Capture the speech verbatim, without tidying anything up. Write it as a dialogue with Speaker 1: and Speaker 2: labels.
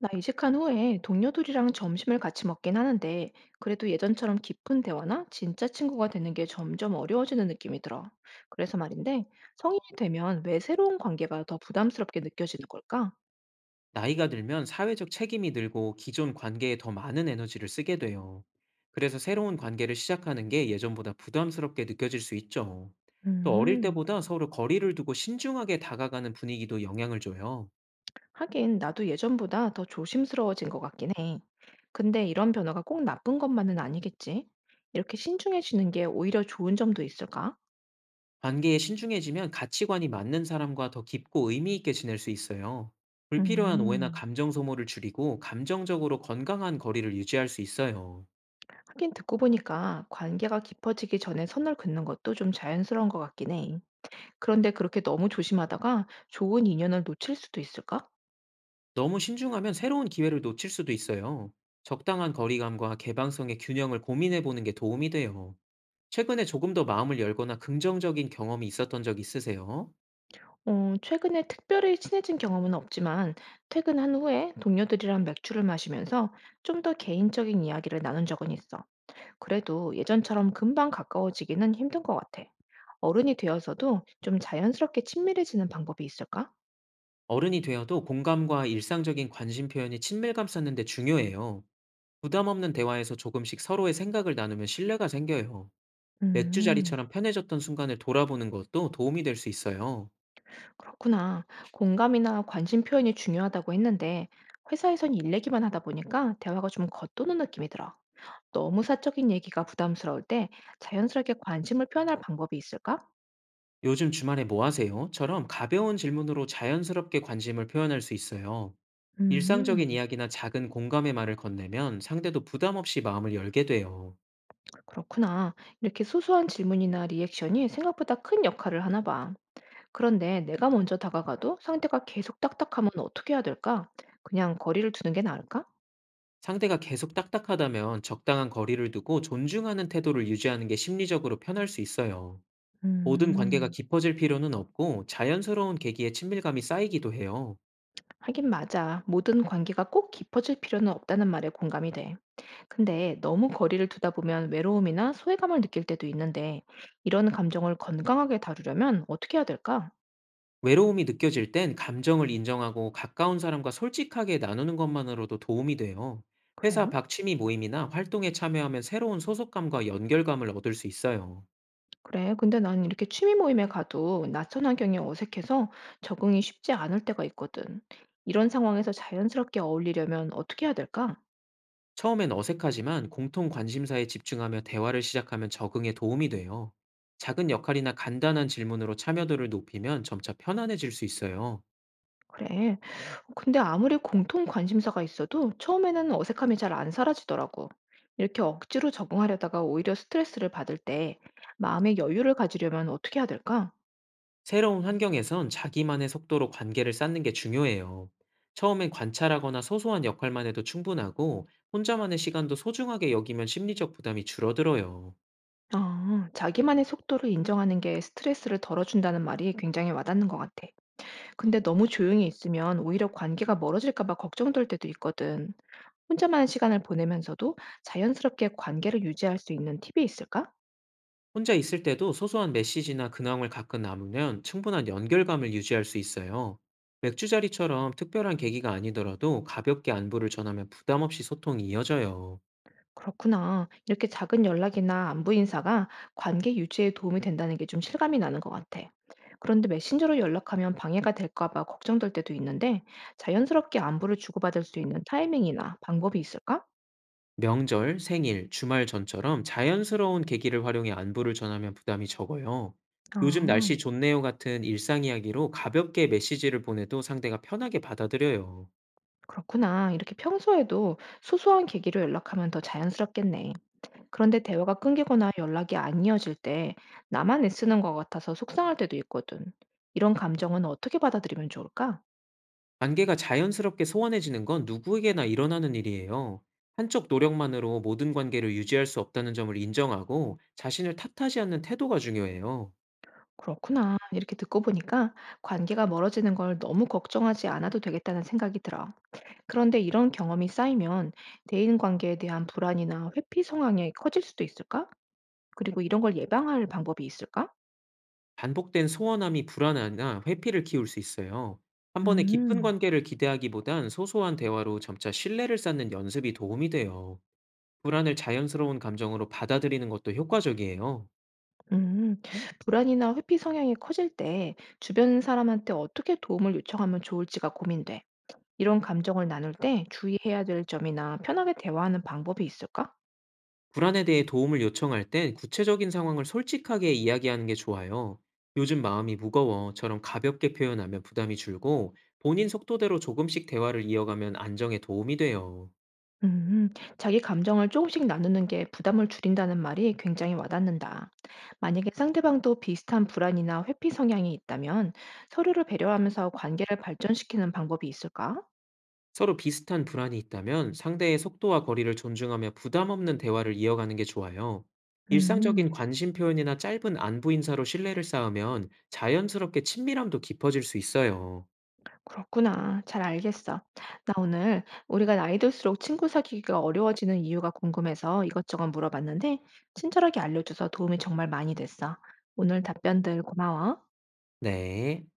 Speaker 1: 나 이직한 후에 동료들이랑 점심을 같이 먹긴 하는데, 그래도 예전처럼 깊은 대화나 진짜 친구가 되는 게 점점 어려워지는 느낌이 들어. 그래서 말인데, 성인이 되면 왜 새로운 관계가 더 부담스럽게 느껴지는 걸까?
Speaker 2: 나이가 들면 사회적 책임이 늘고 기존 관계에 더 많은 에너지를 쓰게 돼요. 그래서 새로운 관계를 시작하는 게 예전보다 부담스럽게 느껴질 수 있죠. 또 어릴
Speaker 1: 음,
Speaker 2: 때보다 서로 거리를 두고 신중하게 다가가는 분위기도 영향을 줘요.
Speaker 1: 하긴 나도 예전보다 더 조심스러워진 것 같긴 해. 근데 이런 변화가 꼭 나쁜 것만은 아니겠지? 이렇게 신중해지는 게 오히려 좋은 점도 있을까?
Speaker 2: 관계에 신중해지면 가치관이 맞는 사람과 더 깊고 의미 있게 지낼 수 있어요. 불필요한 오해나
Speaker 1: 음.
Speaker 2: 감정 소모를 줄이고 감정적으로 건강한 거리를 유지할 수 있어요.
Speaker 1: 하긴 듣고 보니까 관계가 깊어지기 전에 선을 긋는 것도 좀 자연스러운 것 같긴 해. 그런데 그렇게 너무 조심하다가 좋은 인연을 놓칠 수도 있을까?
Speaker 2: 너무 신중하면 새로운 기회를 놓칠 수도 있어요. 적당한 거리감과 개방성의 균형을 고민해 보는 게 도움이 돼요. 최근에 조금 더 마음을 열거나 긍정적인 경험이 있었던 적 있으세요?
Speaker 1: 어, 최근에 특별히 친해진 경험은 없지만 퇴근한 후에 동료들이랑 맥주를 마시면서 좀 더 개인적인 이야기를 나눈 적은 있어. 그래도 예전처럼 금방 가까워지기는 힘든 것 같아. 어른이 되어서도 좀 자연스럽게 친밀해지는 방법이 있을까?
Speaker 2: 어른이 되어도 공감과 일상적인 관심 표현이 친밀감 쌓는데 중요해요. 부담 없는 대화에서 조금씩 서로의 생각을 나누면 신뢰가 생겨요. 맥주
Speaker 1: 음.
Speaker 2: 자리처럼 편해졌던 순간을 돌아보는 것도 도움이 될 수 있어요.
Speaker 1: 그렇구나. 공감이나 관심 표현이 중요하다고 했는데, 회사에선 일 얘기만 하다 보니까 대화가 좀 겉도는 느낌이 들어. 너무 사적인 얘기가 부담스러울 때 자연스럽게 관심을 표현할 방법이 있을까?
Speaker 2: 요즘 주말에 뭐 하세요? 처럼 가벼운 질문으로 자연스럽게 관심을 표현할 수 있어요. 일상적인
Speaker 1: 음,
Speaker 2: 이야기나 작은 공감의 말을 건네면 상대도 부담 없이 마음을 열게 돼요.
Speaker 1: 그렇구나. 이렇게 소소한 질문이나 리액션이 생각보다 큰 역할을 하나 봐. 그런데 내가 먼저 다가가도 상대가 계속 딱딱하면 어떻게 해야 될까? 그냥 거리를 두는 게 나을까?
Speaker 2: 상대가 계속 딱딱하다면 적당한 거리를 두고 존중하는 태도를 유지하는 게 심리적으로 편할 수 있어요. 모든 관계가
Speaker 1: 음.
Speaker 2: 깊어질 필요는 없고, 자연스러운 계기에 친밀감이 쌓이기도 해요.
Speaker 1: 하긴 맞아. 모든 관계가 꼭 깊어질 필요는 없다는 말에 공감이 돼. 근데 너무 거리를 두다 보면 외로움이나 소외감을 느낄 때도 있는데 이런 감정을 건강하게 다루려면 어떻게 해야 될까?
Speaker 2: 외로움이 느껴질 땐 감정을 인정하고 가까운 사람과 솔직하게 나누는 것만으로도 도움이 돼요. 회사
Speaker 1: 그래요?
Speaker 2: 박취미 모임이나 활동에 참여하면 새로운 소속감과 연결감을 얻을 수 있어요.
Speaker 1: 그래, 근데 난 이렇게 취미 모임에 가도 낯선 환경이 어색해서 적응이 쉽지 않을 때가 있거든. 이런 상황에서 자연스럽게 어울리려면 어떻게 해야 될까?
Speaker 2: 처음엔 어색하지만 공통 관심사에 집중하며 대화를 시작하면 적응에 도움이 돼요. 작은 역할이나 간단한 질문으로 참여도를 높이면 점차 편안해질 수 있어요.
Speaker 1: 그래. 근데 아무리 공통 관심사가 있어도 처음에는 어색함이 잘 안 사라지더라고. 이렇게 억지로 적응하려다가 오히려 스트레스를 받을 때 마음의 여유를 가지려면 어떻게 해야 될까?
Speaker 2: 새로운 환경에선 자기만의 속도로 관계를 쌓는 게 중요해요. 처음엔 관찰하거나 소소한 역할만 해도 충분하고, 혼자만의 시간도 소중하게 여기면 심리적 부담이 줄어들어요.
Speaker 1: 아, 자기만의 속도를 인정하는 게 스트레스를 덜어준다는 말이 굉장히 와닿는 것 같아. 근데 너무 조용히 있으면 오히려 관계가 멀어질까 봐 걱정될 때도 있거든. 혼자만의 시간을 보내면서도 자연스럽게 관계를 유지할 수 있는 팁이 있을까?
Speaker 2: 혼자 있을 때도 소소한 메시지나 근황을 가끔 나누면 충분한 연결감을 유지할 수 있어요. 맥주 자리처럼 특별한 계기가 아니더라도 가볍게 안부를 전하면 부담 없이 소통이 이어져요.
Speaker 1: 그렇구나. 이렇게 작은 연락이나 안부 인사가 관계 유지에 도움이 된다는 게 좀 실감이 나는 것 같아. 그런데 메신저로 연락하면 방해가 될까 봐 걱정될 때도 있는데 자연스럽게 안부를 주고받을 수 있는 타이밍이나 방법이 있을까?
Speaker 2: 명절, 생일, 주말 전처럼 자연스러운 계기를 활용해 안부를 전하면 부담이 적어요. 요즘
Speaker 1: 아.
Speaker 2: 날씨 좋네요 같은 일상 이야기로 가볍게 메시지를 보내도 상대가 편하게 받아들여요.
Speaker 1: 그렇구나. 이렇게 평소에도 소소한 계기로 연락하면 더 자연스럽겠네. 그런데 대화가 끊기거나 연락이 안 이어질 때 나만 애쓰는 것 같아서 속상할 때도 있거든. 이런 감정은 어떻게 받아들이면 좋을까?
Speaker 2: 관계가 자연스럽게 소원해지는 건 누구에게나 일어나는 일이에요. 한쪽 노력만으로 모든 관계를 유지할 수 없다는 점을 인정하고, 자신을 탓하지 않는 태도가 중요해요.
Speaker 1: 그렇구나. 이렇게 듣고 보니까 관계가 멀어지는 걸 너무 걱정하지 않아도 되겠다는 생각이 들어. 그런데 이런 경험이 쌓이면 대인 관계에 대한 불안이나 회피 성향이 커질 수도 있을까? 그리고 이런 걸 예방할 방법이 있을까?
Speaker 2: 반복된 소원함이 불안이나 회피를 키울 수 있어요. 한 번에 깊은
Speaker 1: 음.
Speaker 2: 관계를 기대하기보단 소소한 대화로 점차 신뢰를 쌓는 연습이 도움이 돼요. 불안을 자연스러운 감정으로 받아들이는 것도 효과적이에요.
Speaker 1: 음, 불안이나 회피 성향이 커질 때 주변 사람한테 어떻게 도움을 요청하면 좋을지가 고민돼. 이런 감정을 나눌 때 주의해야 될 점이나 편하게 대화하는 방법이 있을까?
Speaker 2: 불안에 대해 도움을 요청할 땐 구체적인 상황을 솔직하게 이야기하는 게 좋아요. 요즘 마음이 무거워처럼 가볍게 표현하면 부담이 줄고, 본인 속도대로 조금씩 대화를 이어가면 안정에 도움이 돼요.
Speaker 1: 음, 자기 감정을 조금씩 나누는 게 부담을 줄인다는 말이 굉장히 와닿는다. 만약에 상대방도 비슷한 불안이나 회피 성향이 있다면 서로를 배려하면서 관계를 발전시키는 방법이 있을까?
Speaker 2: 서로 비슷한 불안이 있다면 상대의 속도와 거리를 존중하며 부담 없는 대화를 이어가는 게 좋아요. 일상적인
Speaker 1: 음.
Speaker 2: 관심 표현이나 짧은 안부 인사로 신뢰를 쌓으면 자연스럽게 친밀함도 깊어질 수 있어요.
Speaker 1: 그렇구나. 잘 알겠어. 나 오늘 우리가 나이 들수록 친구 사귀기가 어려워지는 이유가 궁금해서 이것저것 물어봤는데, 친절하게 알려줘서 도움이 정말 많이 됐어. 오늘 답변들 고마워.
Speaker 2: 네.